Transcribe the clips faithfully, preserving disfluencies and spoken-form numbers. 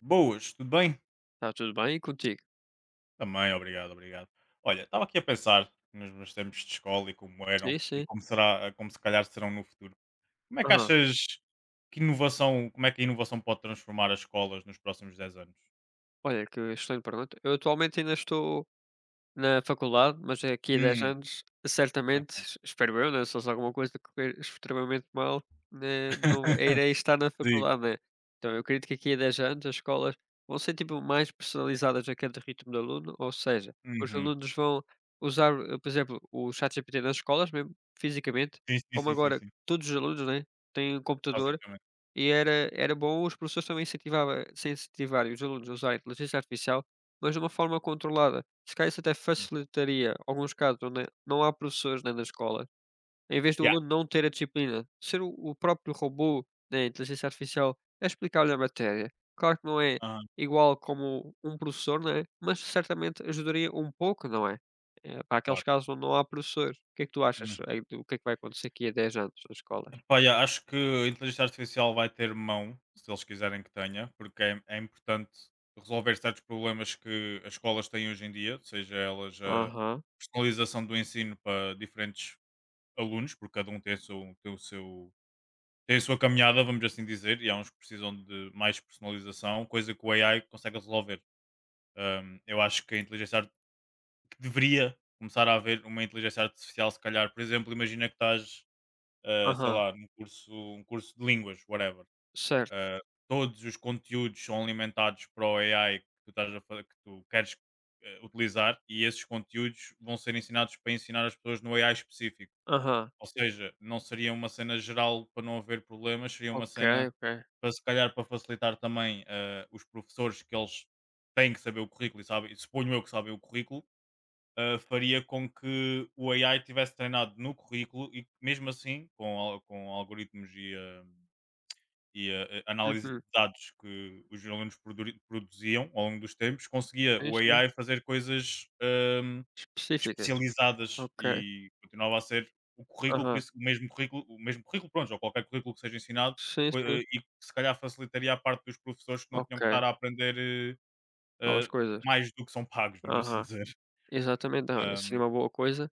Boas, tudo bem? Está tudo bem e contigo? Também, obrigado, obrigado. Olha, estava aqui a pensar nos meus tempos de escola e como Sim, eram e sim. como será, como se calhar serão no futuro. Como é que Aham. achas que inovação, como é que a inovação pode transformar as escolas nos próximos dez anos? Olha, que excelente pergunta. Eu atualmente ainda estou na faculdade, mas é aqui a dez Hum. anos, certamente, espero eu, né? Se fosse alguma coisa correr extremamente mal, né? Não irei estar na Sim. faculdade, né? Então eu acredito que aqui a dez anos as escolas vão ser tipo mais personalizadas a cada ritmo do aluno, ou seja, os Uhum. alunos vão usar, eh, por exemplo, o ChatGPT nas escolas mesmo, fisicamente, Sim, sim, como sim, sim, agora Sim. todos os alunos, né? Têm computadores. Basicamente. E era era bom os professores também incentivava incentivarem os alunos a usar a inteligência artificial, mas de uma forma controlada. Se calhar isso até Hum. facilitaria alguns casos onde não há professores, né, na escola. Em vez do Yeah. aluno não ter a disciplina, ser o o próprio robô, da inteligência artificial, a explicar-lhe a matéria. Claro que não é Aham, igual como um professor, né, mas certamente ajudaria um pouco, não é? Eh, para aqueles claro. casos onde não há professores. O que é que tu achas, Uhum. eh, do que é que vai acontecer aqui a dez anos nas escolas? Epá, yeah, acho que a inteligência artificial vai ter mão, se eles quiserem que tenha, porque é, é importante resolver certos problemas que as escolas têm hoje em dia, seja elas a Aham, personalização do ensino para diferentes alunos, porque cada um tem, o seu, tem, o seu, tem a sua caminhada, vamos assim dizer, e há uns que precisam de mais personalização, coisa que o A I consegue resolver. Hum, eu acho que a inteligência ar- que deveria começar a haver uma inteligência artificial, se calhar, por exemplo, imagina que estás eh, sei aham, lá, num curso, um curso de línguas, whatever. certo. Eh, todos os conteúdos são alimentados para o A I que tu, estás a, fa- que tu queres eh, utilizar, e esses conteúdos vão ser ensinados para ensinar as pessoas no A I específico. Aham. Ou seja, não seria uma cena geral para não haver problemas, seria uma Ok, cena ok. para se calhar para facilitar também eh, os professores, que eles têm que saber o currículo e sabem, e suponho eu que sabem o currículo, ah, faria com que o A I tivesse treinado no currículo e que, mesmo assim, com, al- com algoritmos e, ah, e a, a análise de Uhum. dados que os alunos produ- produziam ao longo dos tempos, conseguia Sim, o sim. A I fazer coisas ahm, Específicas. especializadas, Ok. e continuava a ser o currículo, por Aham. isso, o mesmo currículo, o mesmo currículo, pronto, ou qualquer currículo que seja ensinado, Sim, co- sim. eh, e que se calhar facilitaria a parte dos professores, que não tinham Ok. que estar a aprender eh, Novas eh, coisas. mais do que são pagos, vamos assim Aham. dizer. Exatamente. Olha, Ahm, seria uma boa coisa.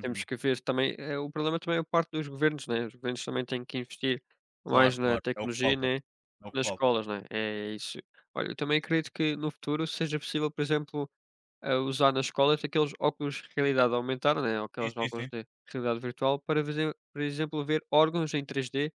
Temos que ver também é o problema, também é a parte dos governos, né, os governos também têm que investir Claro, mais na claro, é o que tecnologia, falta, né, é o que nas falta. escolas, né, é isso. Olha, eu também acredito que no futuro seja possível, por exemplo, a usar nas escolas aqueles óculos de realidade aumentada, né, Sim, aqueles sim, óculos sim. de realidade virtual para fazer, por exemplo, ver órgãos em três D,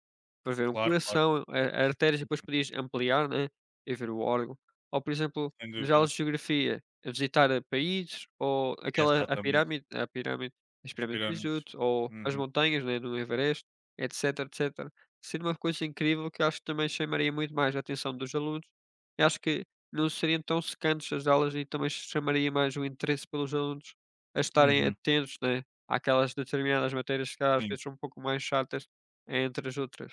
para ver um Claro, claro, coração, a artérias, e depois podias ampliar, né, e ver o órgão. Ou, por exemplo, sem nas aulas dúvida. de geografia, a visitar, eh, países ou aquela a Exatamente. pirâmide a pirâmide as As pirâmides de Giza pirâmides. ou as Uhum, montanhas, né, do Everest, etc, etcétera. Seria uma coisa incrível que acho que também chamaria muito mais a atenção dos alunos. E acho que não seriam tão secantes as aulas e também chamaria mais o interesse pelos alunos a estarem uhum, atentos, né, àquelas determinadas matérias que às sim, vezes são um pouco mais chatas entre as outras.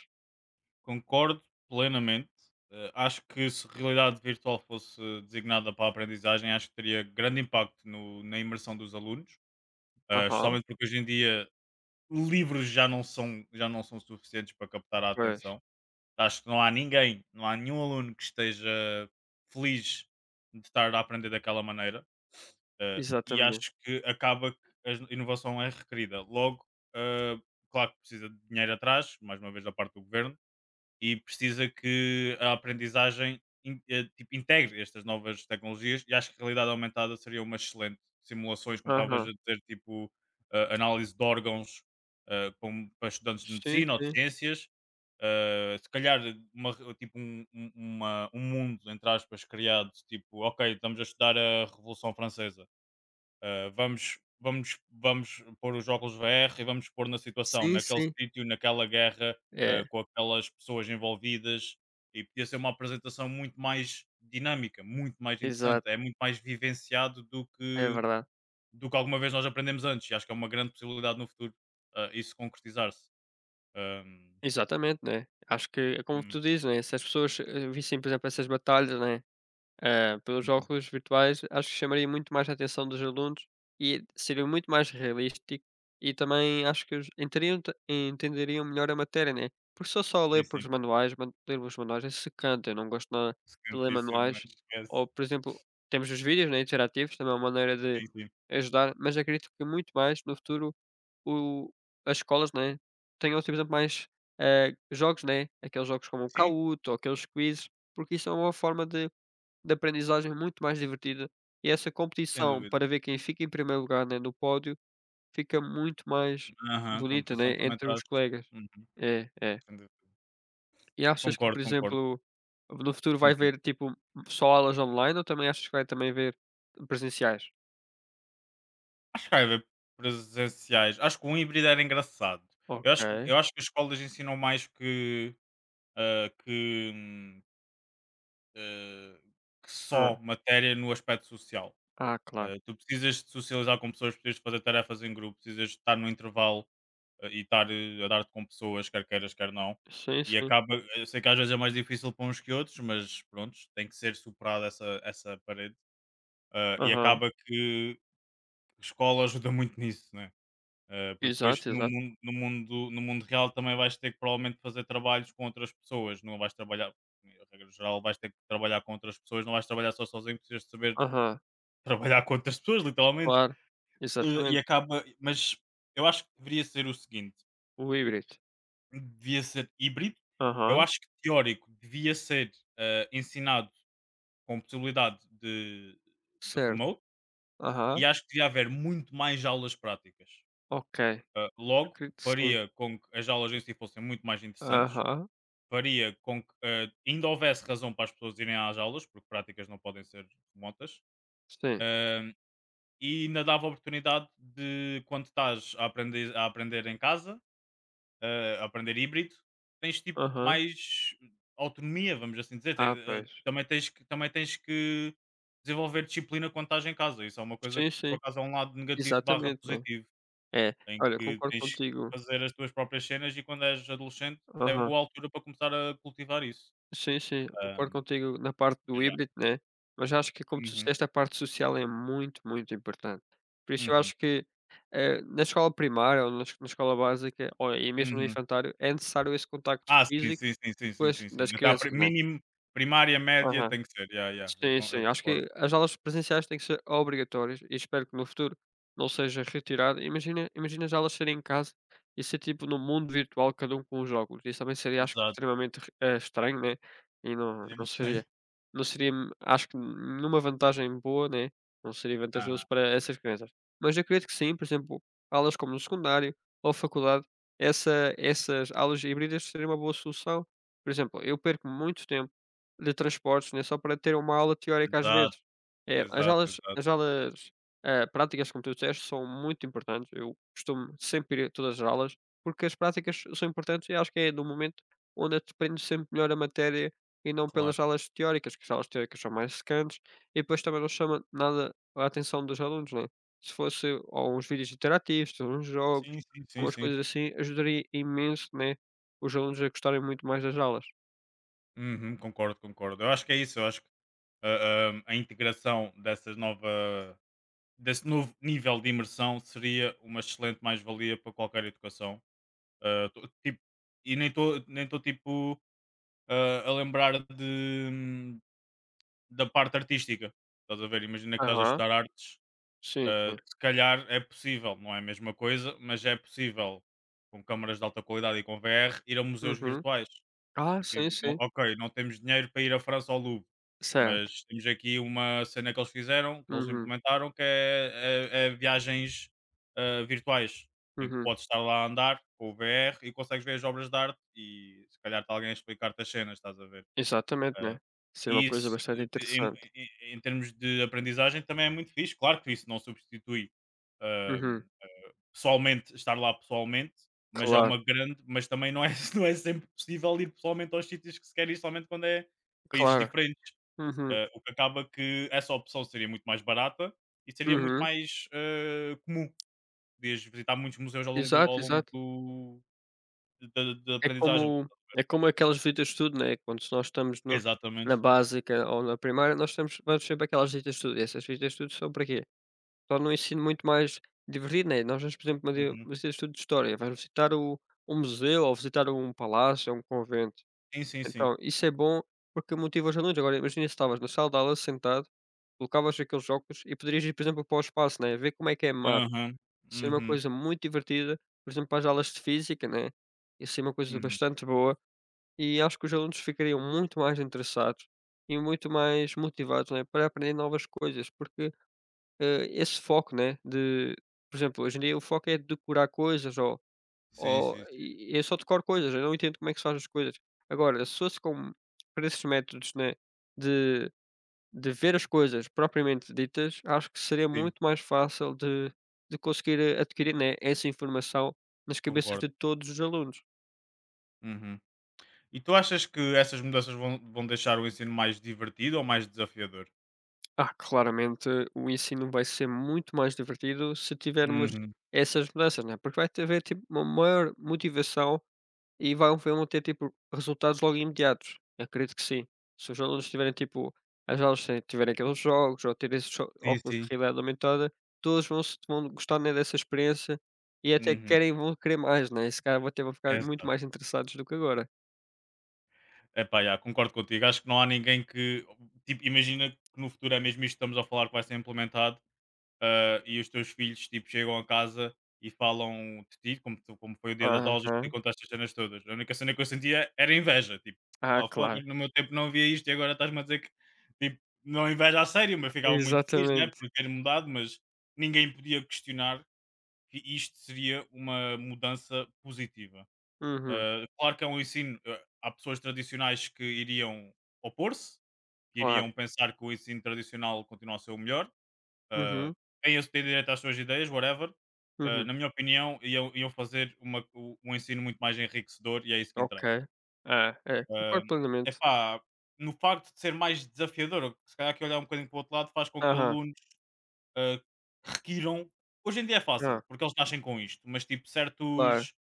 concordo plenamente. Eh, acho que se realidade virtual fosse designada para a aprendizagem, acho que teria grande impacto no na imersão dos alunos, eh, Aham, especialmente porque hoje em dia livros já não são já não são suficientes para captar a pois, atenção. Acho que não há ninguém, não há nenhum aluno que esteja feliz de estar a aprender daquela maneira. Eh, e exatamente. acho que acaba que a inovação é requerida. Logo, eh, claro que precisa de dinheiro atrás, mais uma vez da parte do governo, e precisa que a aprendizagem in- eh, tipo, integre estas novas tecnologias, e acho que a realidade aumentada seria uma excelente simulações, como estavas Aham. a dizer, tipo eh, análise de órgãos eh, com- para estudantes de Sim, medicina ou de sim. ciências. Eh, se calhar uma re- tipo um, um- uma- um mundo, entre aspas, criado, tipo, ok, estamos a estudar a Revolução Francesa, ah, vamos, vamos, vamos pôr os óculos V R e vamos pôr na situação, Sim, naquele sim. sítio, naquela guerra, É, ah, com aquelas pessoas envolvidas. E podia ser uma apresentação muito mais dinâmica, muito mais interessante. exato, É muito mais vivenciado do é que, verdade. do que alguma vez nós aprendemos antes. E acho que é uma grande possibilidade no futuro ah, isso concretizar-se. Ahm, Exatamente, né. Acho que é como hum, tu dizes, né, se as pessoas, eh, vissem, por exemplo, essas batalhas, né? Eh, pelos hum, óculos virtuais, acho que chamaria muito mais a atenção dos alunos e seria muito mais realístico e também acho que eles enteriam te- entenderiam melhor a matéria, né? Porque se eu só sim, ler por sim. os manuais, man- ler os manuais é secante, eu não gosto nada de ler Seguintíssimo, mas manuais. esquece. Ou, por exemplo, temos os vídeos, né, interativos, também é uma maneira de Sim, sim. ajudar, mas acredito que muito mais no futuro o, as escolas, né, tenham, por exemplo, mais eh, jogos, né? Aqueles jogos como o Sim, Kahoot ou aqueles quizzes, porque isso é uma forma de de aprendizagem muito mais divertida e essa sem competição dúvida. para ver quem fica em primeiro lugar, né, no pódio, fica muito mais Aham, bonita, competição né, também entre os traz. colegas. Uhum, É, é. sem dúvida. E achas que, Concordo, por concordo. exemplo, no futuro vai Uhum. haver, tipo, só aulas online ou também achas que vai também haver presenciais? Acho que vai haver presenciais. Acho que um híbrido era engraçado. Eu acho que, Ok. eu acho que as escolas ensinam mais que, ah, que, hum, ah, que Ah, só matéria no aspecto social. ah, claro. Ah, tu precisas de socializar com pessoas, precisas de fazer tarefas em grupo, precisas de estar no intervalo ah, e estar eh, a dar-te com pessoas, quer queiras, quer não. Sim, E sim. acaba, eu sei que às vezes é mais difícil para uns que outros, mas pronto, tem que ser superada essa, essa parede. Ah, e Aham. acaba que a escola ajuda muito nisso, né? Uh, porque depois Exato, no exato. mundo, no, mundo, no mundo real também vais ter que provavelmente fazer trabalhos com outras pessoas, não vais trabalhar, em regra geral, vais ter que trabalhar com outras pessoas, não vais trabalhar só sozinho, precisas de saber Aham. trabalhar com outras pessoas, literalmente. Claro. Uh, e Exatamente. acaba, mas eu acho que deveria ser o seguinte: O híbrido. devia ser híbrido, eu Aham. acho que teórico devia ser uh, ensinado com possibilidade de, de Certo. remote, Aham. e acho que devia haver muito mais aulas práticas. Ok. Ah, Acredito logo, que sim. faria com que as aulas em si fossem muito mais interessantes, Aham. faria com que ah, ainda houvesse razão para as pessoas irem às aulas, porque práticas não podem ser remotas, Sim. ah, e ainda dava oportunidade de, quando estás a aprender, a aprender em casa, ah, a aprender híbrido, tens tipo Aham. mais autonomia, vamos assim dizer. Te- Ah, ah, pois. também, tens que, também tens que desenvolver disciplina quando estás em casa. Isso é uma coisa que, Sim, sim. por acaso, é um lado negativo barra Exatamente, né. positivo. É, Em olha, que concordo tens que contigo. fazer as tuas próprias cenas, e quando és adolescente é Aham. boa altura para começar a cultivar isso. Sim, sim, concordo Ahm, contigo na parte do mas yeah. híbrido, né, mas acho que como tu Uhum, disseste a parte social é muito, muito importante. Por isso eu uhum, acho que, eh, na escola primária ou na es na escola básica, ou e mesmo no uhum. infantário, é necessário esse contacto Ah, sim, físico sim, sim, sim, com sim, as sim, das sim. Até à pri- crianças, né. Mínimo, primária, média Aham. tem que ser. Yeah, yeah, eu, Sim, con- sim. eu Acho concordo. que as aulas presenciais têm que ser obrigatórias e espero que no futuro não seja retirado. Imagina, imagina as aulas serem em casa e ser tipo no mundo virtual, cada um com os óculos. Isso também seria, acho que, Exato. extremamente eh, estranho, né? E não, Seria não muito estranho. seria, não seria, hum, acho que, nenhuma vantagem boa, né? Não seria Aham, vantajoso para essas crianças. Mas eu acredito que sim, por exemplo, aulas como no secundário ou faculdade, essa, essas aulas híbridas seria uma boa solução. Por exemplo, eu perco muito tempo de transportes, né, só para ter uma aula teórica às exato, vezes. É, as exato, aulas exato. as aulas, eh, práticas, como tu disseste, são muito importantes. Eu costumo sempre ir a todas as aulas, porque as práticas são importantes e acho que é no momento onde tu aprendes sempre melhor a matéria e não Claro. pelas aulas teóricas, que as aulas teóricas são mais secantes e depois também não chama nada a atenção dos alunos, né. Se fosse ou uns vídeos interativos, uns jogos, Sim, sim, sim, umas Sim. coisas assim, ajudaria imenso, né, os alunos a gostarem muito mais das aulas. Uhum, concordo, concordo. Eu acho que é isso. Eu acho que ah, ah, a integração dessas novas desse novo nível de imersão seria uma excelente mais-valia para qualquer educação. Ah, tô- tipo, e nem estou nem tô, tipo ah, a lembrar de, hum, da parte artística. Estás a ver? Imagina que estás a Aham, estudar artes. sim, sim. Ah, se calhar é possível, não é a mesma coisa, mas é possível com câmaras de alta qualidade e com V R ir a museus Uhum. virtuais. Ah, Tipo, sim, e não- sim. ok, não temos dinheiro para ir à França ao Louvre, Certo. mas temos aqui uma cena que eles fizeram, que eles Uhum, implementaram, que é, é- é viagens ah, virtuais, em que uhum. podes estar lá a andar com o V R e consegues ver as obras de arte e se calhar está alguém a explicar-te as cenas, estás a ver? Exatamente, né. Ah, Seria uma e coisa isso, bastante em, interessante. em- em termos de aprendizagem, também é muito fixe. Claro que isso não substitui. Uhum. Ehm, pessoalmente, estar lá pessoalmente, mas é Claro, uma grande, mas também não é, não é sempre possível ir pessoalmente aos sítios que se quer ir, somente quando é países claro. diferentes. Uhum, Eh, o que acaba que essa opção seria muito mais barata e seria muito uhum. mais eh, comum. Podias visitar muitos museus ao longo, do, ao Exato, longo exato. do, da, da É aprendizagem. como é como aquelas visitas de estudo, né, quando se nós estamos no na Exatamente. básica ou na primária, nós temos vamos sempre aquelas visitas de estudo, e essas visitas de estudo são para quê? Tornam o ensino muito mais divertido, né. Nós vamos, por exemplo, uma di uma Uhum. visita de estudo de história, vais visitar o um museu ou visitar um palácio ou um convento. Sim, sim, sim. Então, isso é bom porque motiva os alunos. Agora, imagina se estavas na sala de aula sentado, colocavas aqueles óculos e poderias ir, por exemplo, para o espaço, né? Ver como é que é mar. Aham. Ser uma Uhum. coisa muito divertida, por exemplo, para as aulas de física, né? Isso é uma coisa Uhum. bastante boa e acho que os alunos ficariam muito mais interessados e muito mais motivados, né? Para aprender novas coisas, porque eh, esse foco, né? De, por exemplo, hoje em dia o foco é decorar coisas Sim, ou sim, sim. e e é só tocar coisas, eu não entendo como é que se faz as coisas. Agora, se fosse com para esses métodos, né, de de ver as coisas propriamente ditas, acho que seria Sim, muito mais fácil de de conseguir, eh, adquirir, né, essa informação nas cabeças de concordo. todos os alunos. Uhum. E tu achas que essas mudanças vão, vão deixar o ensino mais divertido ou mais desafiador? Ah, claramente o ensino vai ser muito mais divertido se tivermos Uhum. essas mudanças, né, porque vai ter haver tipo uma maior motivação. E vão vão ter, tipo, resultados logo imediatos. Eu acredito que sim. Se os alunos tiverem, tipo, as aulas, se tiverem aqueles jogos ou terem esses jo Sim, óculos de sim. realidade aumentada, todos vão se vão gostar, né, dessa experiência e até Uhum. querem vão querer mais, né. Esse cara calhar até vão ficar muito Exato. mais interessados do que agora. Epá, yeah, concordo contigo. Acho que não há ninguém que. Tipo, imagina que no futuro é mesmo isto que estamos a falar que vai ser implementado ah, e os teus filhos tipo, chegam a casa e falam de ti, como, tu- como foi o dia das aulas, Aham. explicam-te estas cenas todas. A única cena que eu sentia era inveja. Tipo, Ah, claro. motherfucker, no meu tempo não havia isto e agora estás-me a dizer que tipo, não inveja a sério, mas ficava muito feliz né, Exatamente. por ter mudado, mas ninguém podia questionar que isto seria uma mudança positiva. Uhum. Uh, claro que é um ensino. Uh, há pessoas tradicionais que iriam opor-se, que Claro. iriam pensar que o ensino tradicional continua a ser o melhor. Uh, Uhum, têm esse- têm direito às suas ideias, whatever. Uh, uhum. na minha opinião, iam, iam fazer uma- u- um ensino muito mais enriquecedor, e é isso que Ok. interessa. É, é, Uh, concordo plenamente. epá, no facto de ser mais desafiador, se calhar que olhar um bocadinho para o outro lado faz com que Aham. alunos uh, requiram. Hoje em dia é Ah, fácil, porque eles nascem com isto, mas tipo claro. certos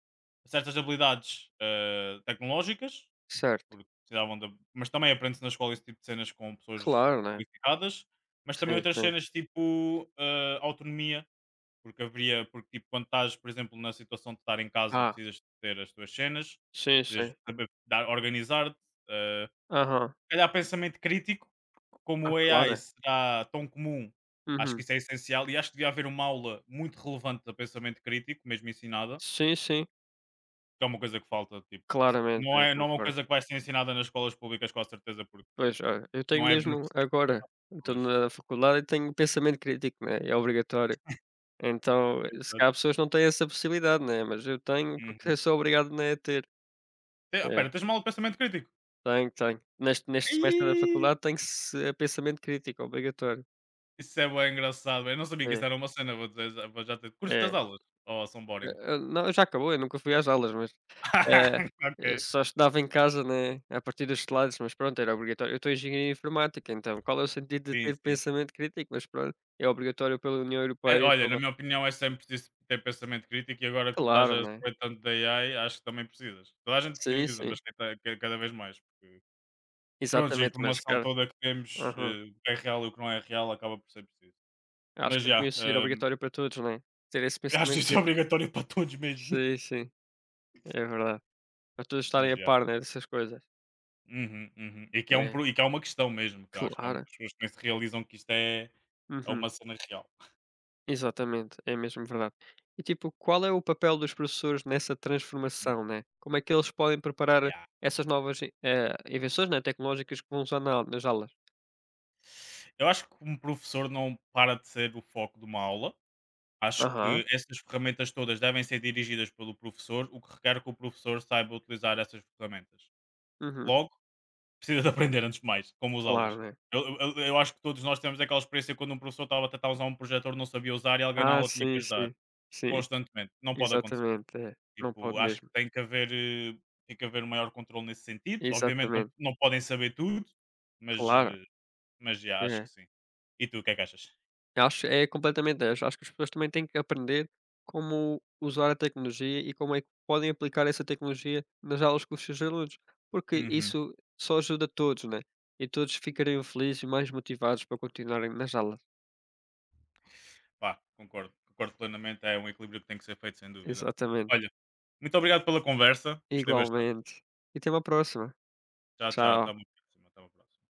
certas habilidades eh, tecnológicas, Certo. porque precisavam da, mas também aprende-se na escola esse tipo de cenas com pessoas Claro, né. qualificadas, mas também Sim, outras sim. cenas tipo, ah, autonomia, porque haveria porque tipo quando estás, por exemplo, na situação de estar em casa, Ah, precisas de ter as tuas cenas, sim, precisas sim. de saber dar organizar-te, ah, Aham. se calhar pensamento crítico, como Ah, o A I claro. será tão comum, acho Uhum. que isso é essencial, e acho que devia haver uma aula muito relevante de pensamento crítico, mesmo ensinada, Sim, sim, que é uma coisa que falta, tipo, claramente, não eu é não é uma concordo. coisa que vai ser ensinada nas escolas públicas com certeza, porque Pois, olha, eu tenho não é mesmo beneficiar agora, estou pessoas. na faculdade e tenho pensamento crítico, né, é obrigatório. Então, se Exato. calhar pessoas não têm essa possibilidade, né, mas eu tenho porque Uhum. eu sou obrigado, né, a ter. Te É, espera, tens mal de pensamento crítico? tenho, tenho. Neste neste semestre da Ai! faculdade tem se pensamento crítico, obrigatório. Isso é bem engraçado. Eu não sabia que É, isso era uma cena, vou dizer já vou já te curtes das é. aulas? Oh, são Eh, boring? eh, não, já acabou, eu nunca fui às aulas, mas é, eu Ok. só estudava em casa, né, a partir dos teclados, mas pronto, era obrigatório. Eu estou em engenharia informática, então qual é o sentido de Sim, ter sim. pensamento crítico? Mas pronto, é obrigatório pela União Eh, Europeia, olha, na pela minha opinião é sempre preciso ter pensamento crítico, e agora que tu estás claro, a né. sofrer tanto da A I, acho que também precisas. Toda a gente Sim, precisa, sim, mas quem está ca cada vez mais, porque prontos, a exatamente, mas informação cara, toda que temos, aham. eh, o que é real e o que não é real acaba por ser preciso. Acho Mas que já, devia ser hum, obrigatório para todos, né, ter esse acho que pensamento isso é crítico. obrigatório para todos mesmo. Sim, sim, é verdade. Para todos estarem Mas a já. par, né, dessas coisas. Uhum, uhum. E que é um É, pro e que é uma questão mesmo, que eu acho que há claro. muitas pessoas que nem se realizam que isto é é Uhum. uma cena real. Exatamente, é mesmo verdade. E tipo, qual é o papel dos professores nessa Hum, transformação, né? Como é que eles podem preparar yeah. essas novas, eh, invenções, né, tecnológicas que vão usar na nas aulas? Eu acho que um professor não para de ser o foco de uma aula. Acho Aham, que essas ferramentas todas devem ser dirigidas pelo professor, o que requer que o professor saiba utilizar essas ferramentas. uhum, Logo, precisa de aprender antes de mais como usá-las. claro, né? Eu, eu, eu acho que todos nós temos aquela experiência quando um professor estava a tentar usar um projetor, não sabia usar e alguém na Ah, aula tinha que sim, ajudar sim, sim, constantemente. Não pode acontecer. exatamente, é, não Tipo, pode acho que mesmo. tem que haver, eh, tem que haver um maior controle nesse sentido. Obviamente não, Exatamente, não podem saber tudo, mas, claro, eh, mas já acho é. que sim. E tu, o que é que achas? Acho é completamente essa. Acho que as pessoas também têm que aprender como usar a tecnologia e como é que podem aplicar essa tecnologia nas aulas com os seus alunos, porque Uhum. isso só ajuda todos, né? E todos ficariam felizes e mais motivados para continuarem nas aulas. Pá, concordo. Concordo plenamente. É um equilíbrio que tem que ser feito, sem dúvida. Exatamente. Olha, muito obrigado pela conversa. Gostei bastante. Igualmente. E até uma próxima. Tchau, tchau. Tchau. Até uma próxima. Até uma próxima.